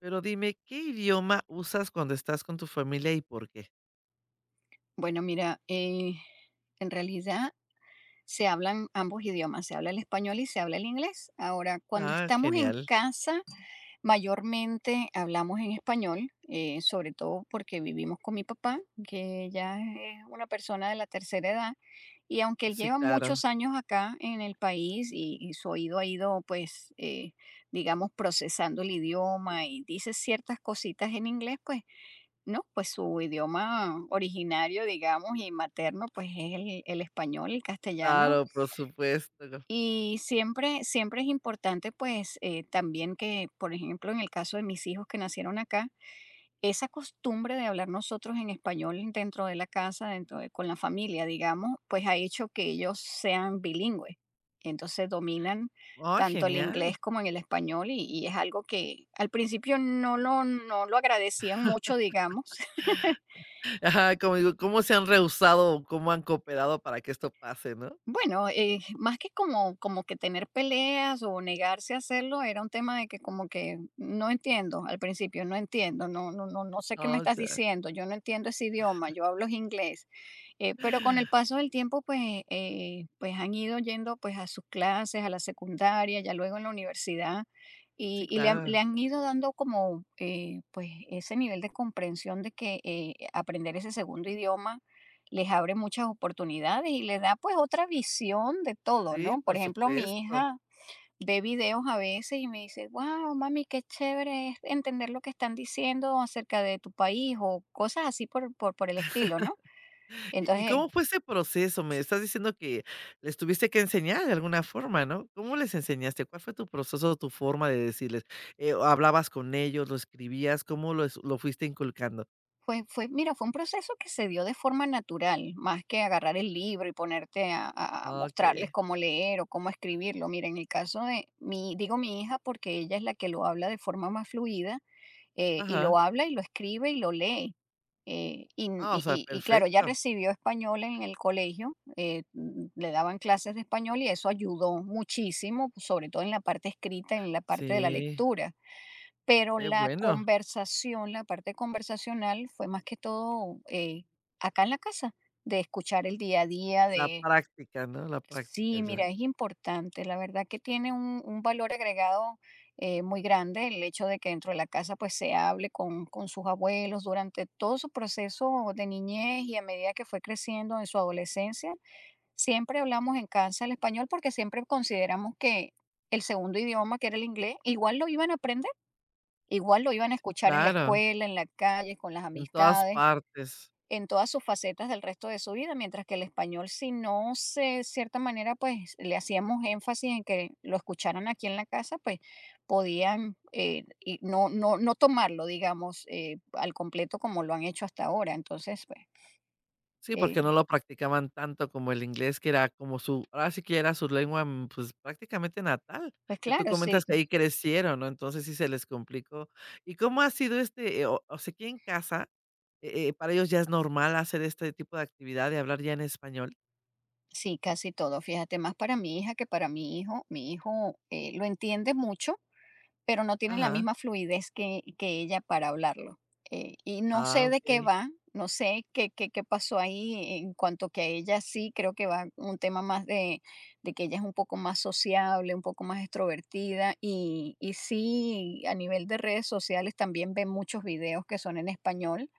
Pero dime, ¿qué idioma usas cuando estás con tu familia y por qué? Bueno, mira, en realidad se hablan ambos idiomas, se habla el español y se habla el inglés. Ahora, cuando Ah, estamos en genial. casa, mayormente hablamos en español, sobre todo porque vivimos con mi papá, que ya es una persona de la tercera edad, y aunque él Sí, lleva claro. muchos años acá en el país y su oído ha ido, pues, digamos, procesando el idioma y dice ciertas cositas en inglés, pues no, pues su idioma originario, digamos, y materno, pues es el español, el castellano. Claro, por supuesto. Y siempre, siempre es importante, pues, también que, por ejemplo, en el caso de mis hijos que nacieron acá, esa costumbre de hablar nosotros en español dentro de la casa, dentro de, con la familia, digamos, pues ha hecho que ellos sean bilingües. Entonces dominan Oh, tanto el genial. inglés como en el español y es algo que al principio no lo agradecían mucho, digamos. Ajá, como digo, ¿cómo se han rehusado o cómo han cooperado para que esto pase, no? Bueno, más que como, como que tener peleas o negarse a hacerlo, era un tema de que como que no entiendo al principio, no entiendo, no sé qué me Oh, estás ya. diciendo, yo no entiendo ese idioma, yo hablo es inglés. Pero con el paso del tiempo, pues, pues han ido yendo pues a sus clases, a la secundaria, ya luego en la universidad, Sí, le claro. han ido dando como pues ese nivel de comprensión de que aprender ese segundo idioma les abre muchas oportunidades y les da pues otra visión de todo, Sí, ¿no? Por por ejemplo, mi supuesto. hija ve videos a veces y me dice, wow, mami, qué chévere es entender lo que están diciendo acerca de tu país o cosas así por el estilo, ¿no? ¿Y Entonces, cómo fue ese proceso? Me estás diciendo que les tuviste que enseñar de alguna forma, ¿no? ¿Cómo les enseñaste? ¿Cuál fue tu proceso, tu forma de decirles? ¿hablabas con ellos, lo escribías? ¿ Lo fuiste inculcando? pues fue, mira, fue un proceso que se dio de forma natural, más que agarrar el libro y ponerte a mostrarles Okey. cómo leer o cómo escribirlo. Mira, en el caso de mi, digo mi hija porque ella es la que lo habla de forma más fluida, y lo Ajá. habla y lo escribe y lo lee. Ah, o sea, Y claro, ella perfecto. recibió español en el colegio, le daban clases de español y eso ayudó muchísimo, pues, sobre todo en la parte escrita, en la parte de la Sí, lectura. Pero qué la bueno. conversación, la parte conversacional fue más que todo, acá en la casa, de escuchar el día a día. La práctica, ¿no? La práctica Sí, ya. mira, es importante. La verdad que tiene un valor agregado, muy grande el hecho de que dentro de la casa pues se hable con sus abuelos durante todo su proceso de niñez y a medida que fue creciendo en su adolescencia. Siempre hablamos en casa el español porque siempre consideramos que el segundo idioma, que era el inglés, igual lo iban a aprender, igual lo iban a Sí, escuchar en la claro, escuela, en la calle, con las en todas amistades partes. en todas sus facetas del resto de su vida, mientras que el español, si no se, cierta manera, pues le hacíamos énfasis en que lo escucharan aquí en la casa, pues podían, no tomarlo, digamos, al completo como lo han hecho hasta ahora. Entonces, pues, Sí, porque no eh, lo practicaban tanto como el inglés, que era como su ahora sí que era su lengua, pues, prácticamente natal, pues que tú claro, sí, comentas que ahí crecieron, ¿no? Entonces sí se les complicó. ¿Y cómo ha sido este, o sea, aquí en casa, para ellos ya es normal hacer este tipo de actividad de hablar ya en español? sí, casi todo. Fíjate, más para mi hija que para mi hijo. Mi hijo, lo entiende mucho, pero no tiene la Ajá. misma fluidez que ella para hablarlo. Y no Ah, sé de qué okey. va, no sé qué pasó ahí en cuanto que a ella sí, creo que va un tema más de que ella es un poco más sociable, un poco más extrovertida y sí, a nivel de redes sociales también ve muchos videos que son en español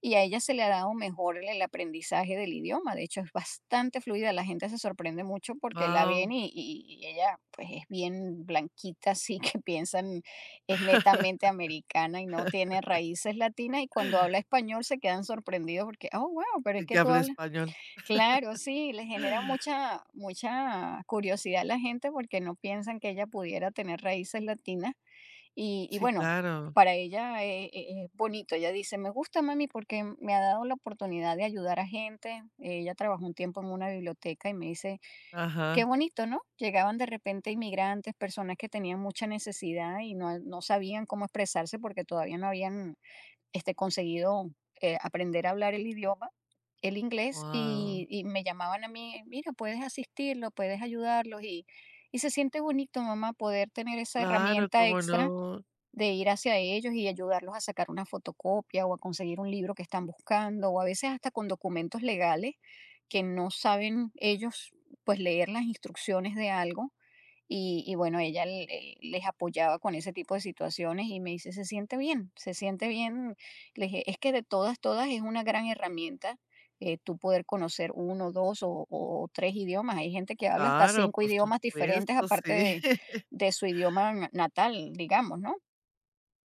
y a ella se le ha dado mejor el aprendizaje del idioma, de hecho, es bastante fluida, la gente se sorprende mucho porque la ven Guau. y ella, pues, es bien blanquita, así que piensan es netamente americana y no tiene raíces latinas, y cuando habla español se quedan sorprendidos porque: "Oh, guau, pero es Y que que tú hable hablas". español. Claro, sí, le genera mucha mucha curiosidad a la gente porque no piensan que ella pudiera tener raíces latinas, Sí, bueno, claro. para ella, es bonito. Ella dice: "Me gusta, mami, porque me ha dado la oportunidad de ayudar a gente". Ella trabajó un tiempo en una biblioteca y me dice: "Qué Ajá. bonito, ¿no?". Llegaban de repente inmigrantes, personas que tenían mucha necesidad y no sabían cómo expresarse porque todavía no habían, este, conseguido, aprender a hablar el idioma, el inglés, Wow. Me llamaban a mí: "Mira, puedes asistirlos, puedes ayudarlos". Y se siente bonito, mamá, poder tener esa Claro, herramienta ¿cómo extra no? de ir hacia ellos y ayudarlos a sacar una fotocopia o a conseguir un libro que están buscando, o a veces hasta con documentos legales que no saben ellos pues leer las instrucciones de algo. Y bueno, ella les apoyaba con ese tipo de situaciones y me dice, se siente bien, se siente bien. Le dije, es que de todas, todas es una gran herramienta, tú poder conocer uno, dos o tres idiomas. Hay gente que habla hasta Claro, cinco por idiomas diferentes supuesto, aparte sí. De su idioma natal, digamos, ¿no?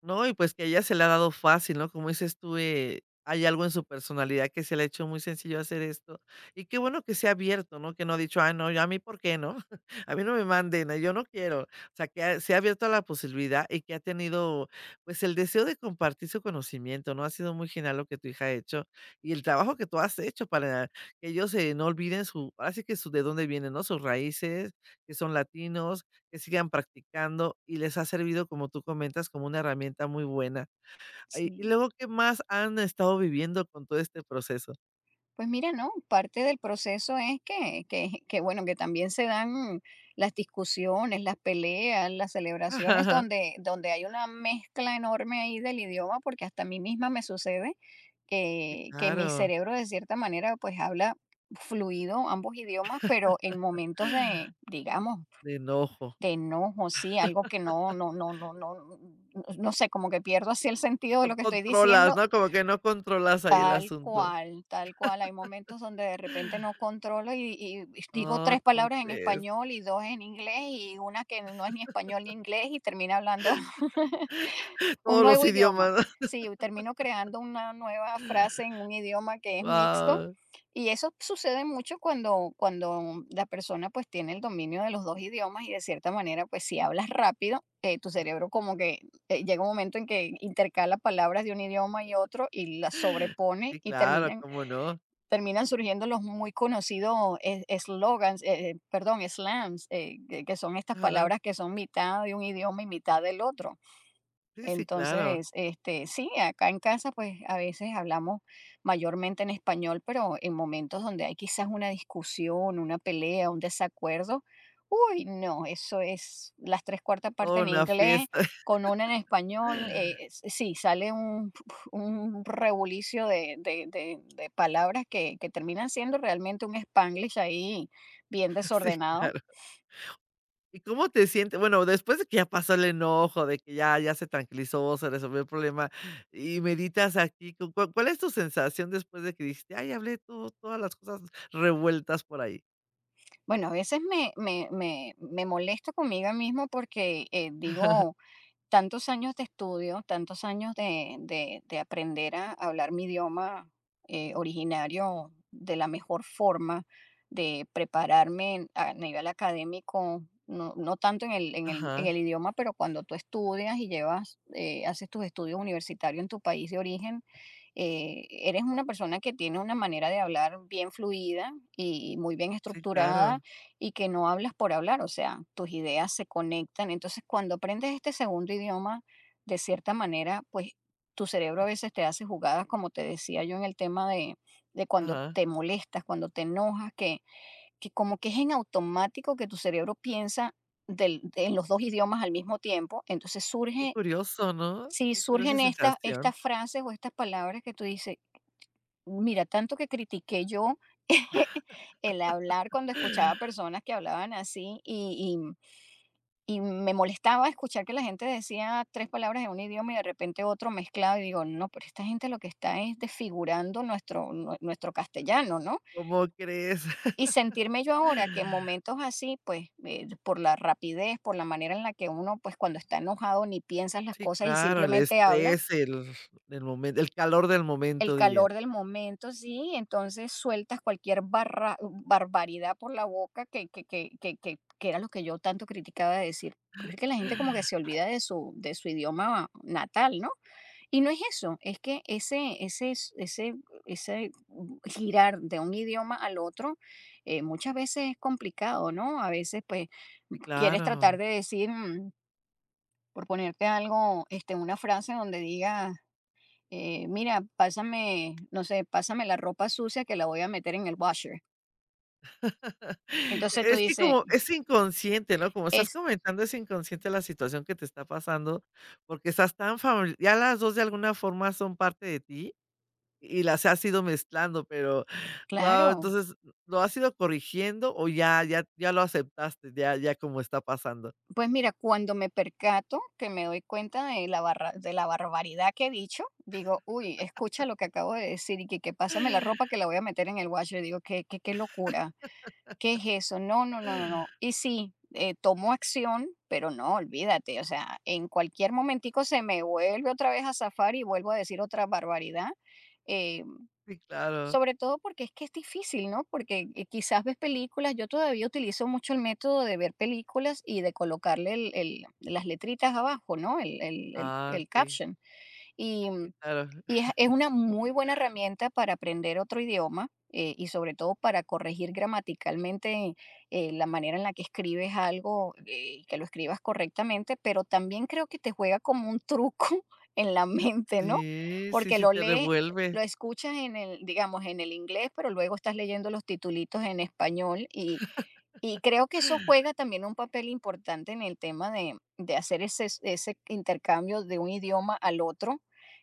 No, y pues que a ella se le ha dado fácil, ¿no? Como dices tú, hay algo en su personalidad que se le ha hecho muy sencillo hacer esto. Y qué bueno que sea abierto, ¿no? Que no ha dicho, ah, no, yo a mí, ¿por qué no? A mí no me manden, yo no quiero. O sea, que se ha abierto a la posibilidad y que ha tenido, pues, el deseo de compartir su conocimiento, ¿no? Ha sido muy genial lo que tu hija ha hecho y el trabajo que tú has hecho para que ellos no olviden su, ahora sí que su, de dónde vienen, ¿no? Sus raíces, que son latinos, que sigan practicando y les ha servido, como tú comentas, como una herramienta muy buena. Ay, y Sí. luego, ¿qué más han estado viviendo con todo este proceso? Pues mira, no, parte del proceso es bueno, que también se dan las discusiones, las peleas, las celebraciones, donde, donde hay una mezcla enorme ahí del idioma, porque hasta a mí misma me sucede Sí, que mi claro, cerebro de cierta manera pues habla fluido ambos idiomas, pero en momentos de, digamos, de enojo. de enojo, sí, algo que no, no sé, como que pierdo así el sentido de No lo que estoy controlas, diciendo. ¿no? Como que no controlas ahí el Tal asunto. cual, tal cual. Hay momentos donde de repente no controlo y digo Oh, tres ¿cómo palabras en crees? español y dos en inglés y una que no es ni español ni inglés y termina hablando un Todos los nuevo idioma. idiomas. Sí, termino creando una nueva frase en un idioma que es mixto. Wow. Y eso sucede mucho cuando, cuando la persona pues tiene el dominio de los dos idiomas y de cierta manera pues si hablas rápido, tu cerebro como que, llega un momento en que intercala palabras de un idioma y otro y las sobrepone Sí, y claro, terminan, cómo no. terminan surgiendo los muy conocidos eslogans, perdón, slams, que son estas Ajá. palabras que son mitad de un idioma y mitad del otro. Sí, sí, claro. Entonces, este, sí, acá en casa, pues a veces hablamos mayormente en español, pero en momentos donde hay quizás una discusión, una pelea, un desacuerdo, uy, no, eso es las tres cuartas partes Toda en una inglés, fiesta. con una en español, sí, sale un, un rebulicio de, de palabras que terminan siendo realmente un spanglish ahí bien Sí, desordenado. claro. ¿Y cómo te sientes? Bueno, después de que ya pasó el enojo, de que ya se tranquilizó, se resolvió el problema y meditas aquí, ¿cu cuál es tu sensación después de que dijiste: "Ay, hablé todo todas las cosas revueltas por ahí"? Bueno, a veces me molesto conmigo mismo porque digo tantos años de estudio, tantos años de, de aprender a hablar mi idioma, originario de la mejor forma, de prepararme a nivel académico, no, no tanto en el, en Ajá, el idioma, pero cuando tú estudias y llevas, haces tus estudios universitarios en tu país de origen, eres una persona que tiene una manera de hablar bien fluida y muy bien sí, estructurada claro. y que no hablas por hablar, o sea, tus ideas se conectan. Entonces, cuando aprendes este segundo idioma, de cierta manera, pues tu cerebro a veces te hace jugadas, como te decía yo en el tema de cuando Ajá. te molestas, cuando te enojas, que como que es en automático que tu cerebro piensa en los dos idiomas al mismo tiempo. Entonces Qué surge, curioso, ¿no? si Qué curiosa surgen estas, estas sensación. frases o estas palabras que tú dices, mira, tanto que critiqué yo el hablar cuando escuchaba personas que hablaban así y me molestaba escuchar que la gente decía tres palabras en un idioma y de repente otro mezclado y digo, no, pero esta gente lo que está es desfigurando nuestro, nuestro castellano, ¿no? ¿Cómo crees? Y sentirme yo ahora que en momentos así, pues, por la rapidez, por la manera en la que uno, pues cuando está enojado ni piensas las Sí, cosas y claro, el simplemente hablas estrés, el momento, el calor del el momento, dirían. calor del momento, sí, entonces sueltas cualquier barra, barbaridad por la boca que era lo que yo tanto criticaba de decir. Porque que la gente como que se olvida de su idioma natal, ¿no? Y no es eso, es que ese, ese, ese girar de un idioma al otro, muchas veces es complicado, ¿no? A veces pues Sí, quieres tratar claro. de decir, mm, por ponerte algo, este, una frase donde diga, mira, pásame, no sé, pásame la ropa sucia que la voy a meter en el washer. Entonces tú Es que dices, como es inconsciente, ¿no? Como estás es comentando, es inconsciente la situación que te está pasando, porque estás tan familiar. Ya las 2 de alguna forma son parte de ti y las has ido mezclando, pero, wow. claro. Entonces, ¿lo has ido corrigiendo o ya lo aceptaste, ya como está pasando? Pues mira, cuando me percato que me doy cuenta de la, barra, de la barbaridad que he dicho, digo, uy, escucha lo que acabo de decir y que pásame la ropa que la voy a meter en el washer. Digo, qué locura, qué es eso. No, no, no, no, no. Y sí, tomo acción, pero no, olvídate. O sea, en cualquier momentico se me vuelve otra vez a zafar y vuelvo a decir otra barbaridad. eh, Sí, claro. Sobre todo porque es que es difícil, ¿no? Porque, quizás ves películas, yo todavía utilizo mucho el método de ver películas y de colocarle el las letritas abajo, ¿no? El el el Ah, el okey. caption, y Sí, mm, claro. y es una muy buena herramienta para aprender otro idioma, y sobre todo para corregir gramaticalmente la manera en la que escribes algo, y que lo escribas correctamente, pero también creo que te juega como un truco en la mente, ¿no? Sí, sí, Porque sí, lo te lees, lo revuelve. escuchas en el, digamos, en el inglés, pero luego estás leyendo los titulitos en español y creo que eso juega también un papel importante en el tema de hacer ese, ese intercambio de un idioma al otro.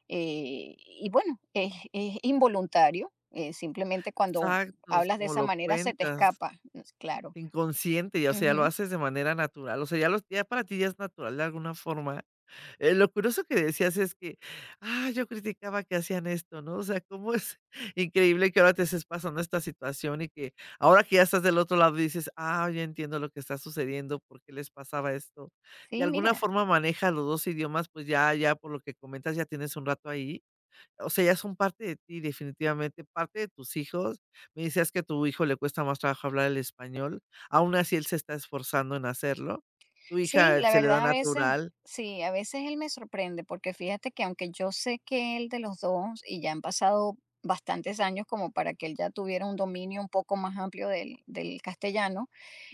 Y bueno, es involuntario, simplemente cuando Exacto, hablas de como esa lo manera se te cuentas. escapa, es claro. Inconsciente, ya, o sea, ya lo Ujú. haces de manera natural, o sea, ya para ti ya es natural de alguna forma. Lo curioso que decías es que: "Ah, yo criticaba que hacían esto", ¿no? O sea, cómo es increíble que ahora te estés pasando esta situación y que ahora que ya estás del otro lado dices: "Ah, ya entiendo lo que está sucediendo, por qué les pasaba esto". De Sí, alguna mira, forma manejas los 2 idiomas, pues ya por lo que comentas ya tienes un rato ahí. O sea, ya son parte de ti, definitivamente, parte de tus hijos. Me decías que a tu hijo le cuesta más trabajo hablar el español, aún así él se está esforzando en hacerlo. Tu sí, hija la se le da verdad a veces, natural, sí, a veces él me sorprende porque fíjate que aunque yo sé que él de los dos y ya han pasado bastantes años como para que él ya tuviera un dominio un poco más amplio del, del castellano,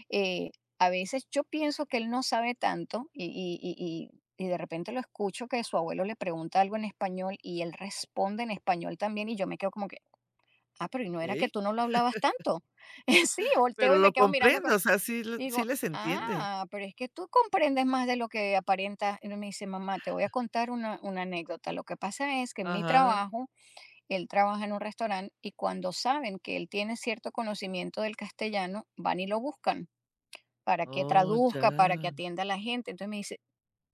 eh, a veces yo pienso que él no sabe tanto y, y de repente lo escucho que su abuelo le pregunta algo en español y él responde en español también y yo me quedo como que, ah, pero ¿y no era que ¿ok? tú no lo hablabas tanto? Sí, volteo Pero y me lo quedo mirando co- comprendo, o sea, y digo, sí les entiende. ah, pero es que tú comprendes más de lo que aparentas. Y me dice, mamá, te voy a contar una anécdota. Lo que pasa es que en mi Ajá. trabajo, él trabaja en un restaurante y cuando saben que él tiene cierto conocimiento del castellano, van y lo buscan para que Oh, traduzca, para que ya. atienda a la gente. Entonces me dice,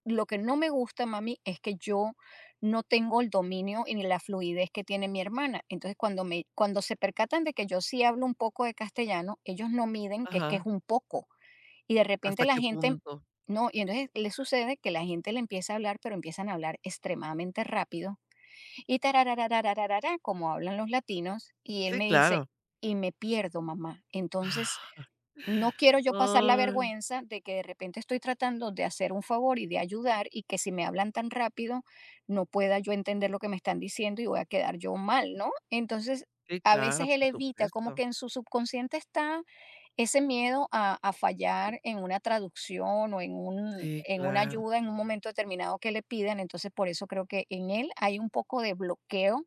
lo que no me gusta, mami, es que yo no tengo el dominio y ni la fluidez que tiene mi hermana. Entonces, cuando, me, cuando se percatan de que yo sí hablo un poco de castellano, ellos no miden que es Ajá. un poco. Y de repente ¿Hasta la qué gente, punto? no, y entonces le sucede que la gente le empieza a hablar, pero empiezan a hablar extremadamente rápido. Y tararararararara, como hablan los latinos. Y él Sí, me dice, claro. y me pierdo, mamá. Entonces, no quiero yo pasar la Ay, vergüenza de que de repente estoy tratando de hacer un favor y de ayudar y que si me hablan tan rápido no pueda yo entender lo que me están diciendo y voy a quedar yo mal, ¿no? Entonces, sí, a veces claro, él por evita, como que supuesto. en su subconsciente está ese miedo a fallar en una traducción o en, un, Sí, en una claro. ayuda en un momento determinado que le pidan. Entonces, por eso creo que en él hay un poco de bloqueo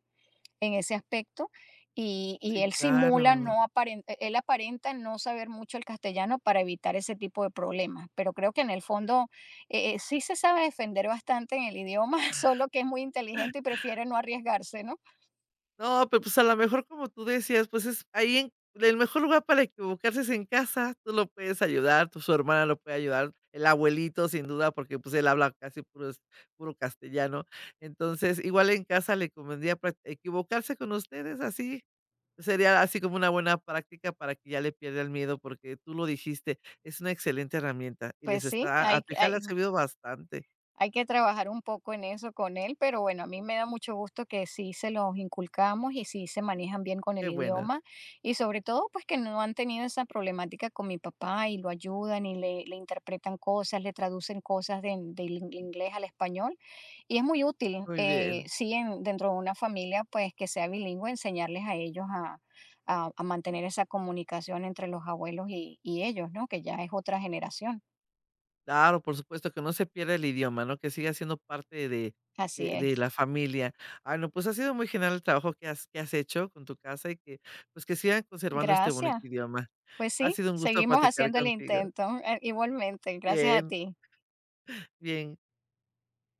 en ese aspecto. Y Sí, él simula, claro. no aparenta, él aparenta no saber mucho el castellano para evitar ese tipo de problemas, pero creo que en el fondo sí se sabe defender bastante en el idioma, solo que es muy inteligente y prefiere no arriesgarse, ¿no? No, pero, pues, a lo mejor, como tú decías, pues, es ahí en el mejor lugar para equivocarse es en casa, tú lo puedes ayudar, tu su hermana lo puede ayudar, el abuelito sin duda, porque, pues, él habla casi puro es puro castellano. Entonces, igual en casa le convendría prac equivocarse con ustedes así, sería así como una buena práctica para que ya le pierda el miedo, porque tú lo dijiste, es una excelente herramienta y les Pues sí, está a hay, tu hija le ha hay, servido bastante. Hay que trabajar un poco en eso con él, pero bueno, a mí me da mucho gusto que sí se los inculcamos y sí se manejan bien con el Qué bueno, idioma y sobre todo pues que no han tenido esa problemática con mi papá y lo ayudan y le interpretan cosas, le traducen cosas de- del in- inglés al español y es muy útil, muy bien. sí, en- dentro de una familia pues que sea bilingüe, enseñarles a ellos a mantener esa comunicación entre los abuelos y ellos, ¿no? Que ya es otra generación. Claro, por supuesto, que no se pierda el idioma, ¿no? Que siga siendo parte Así de es. la familia. Ah, no, pues ha sido muy genial el trabajo que has hecho con tu casa y que, pues, que sigan conservando este bonito Gracias. idioma. Pues Ha sí, sido un gusto seguimos platicar haciendo el contigo. intento, igualmente, gracias a Bien, ti. bien.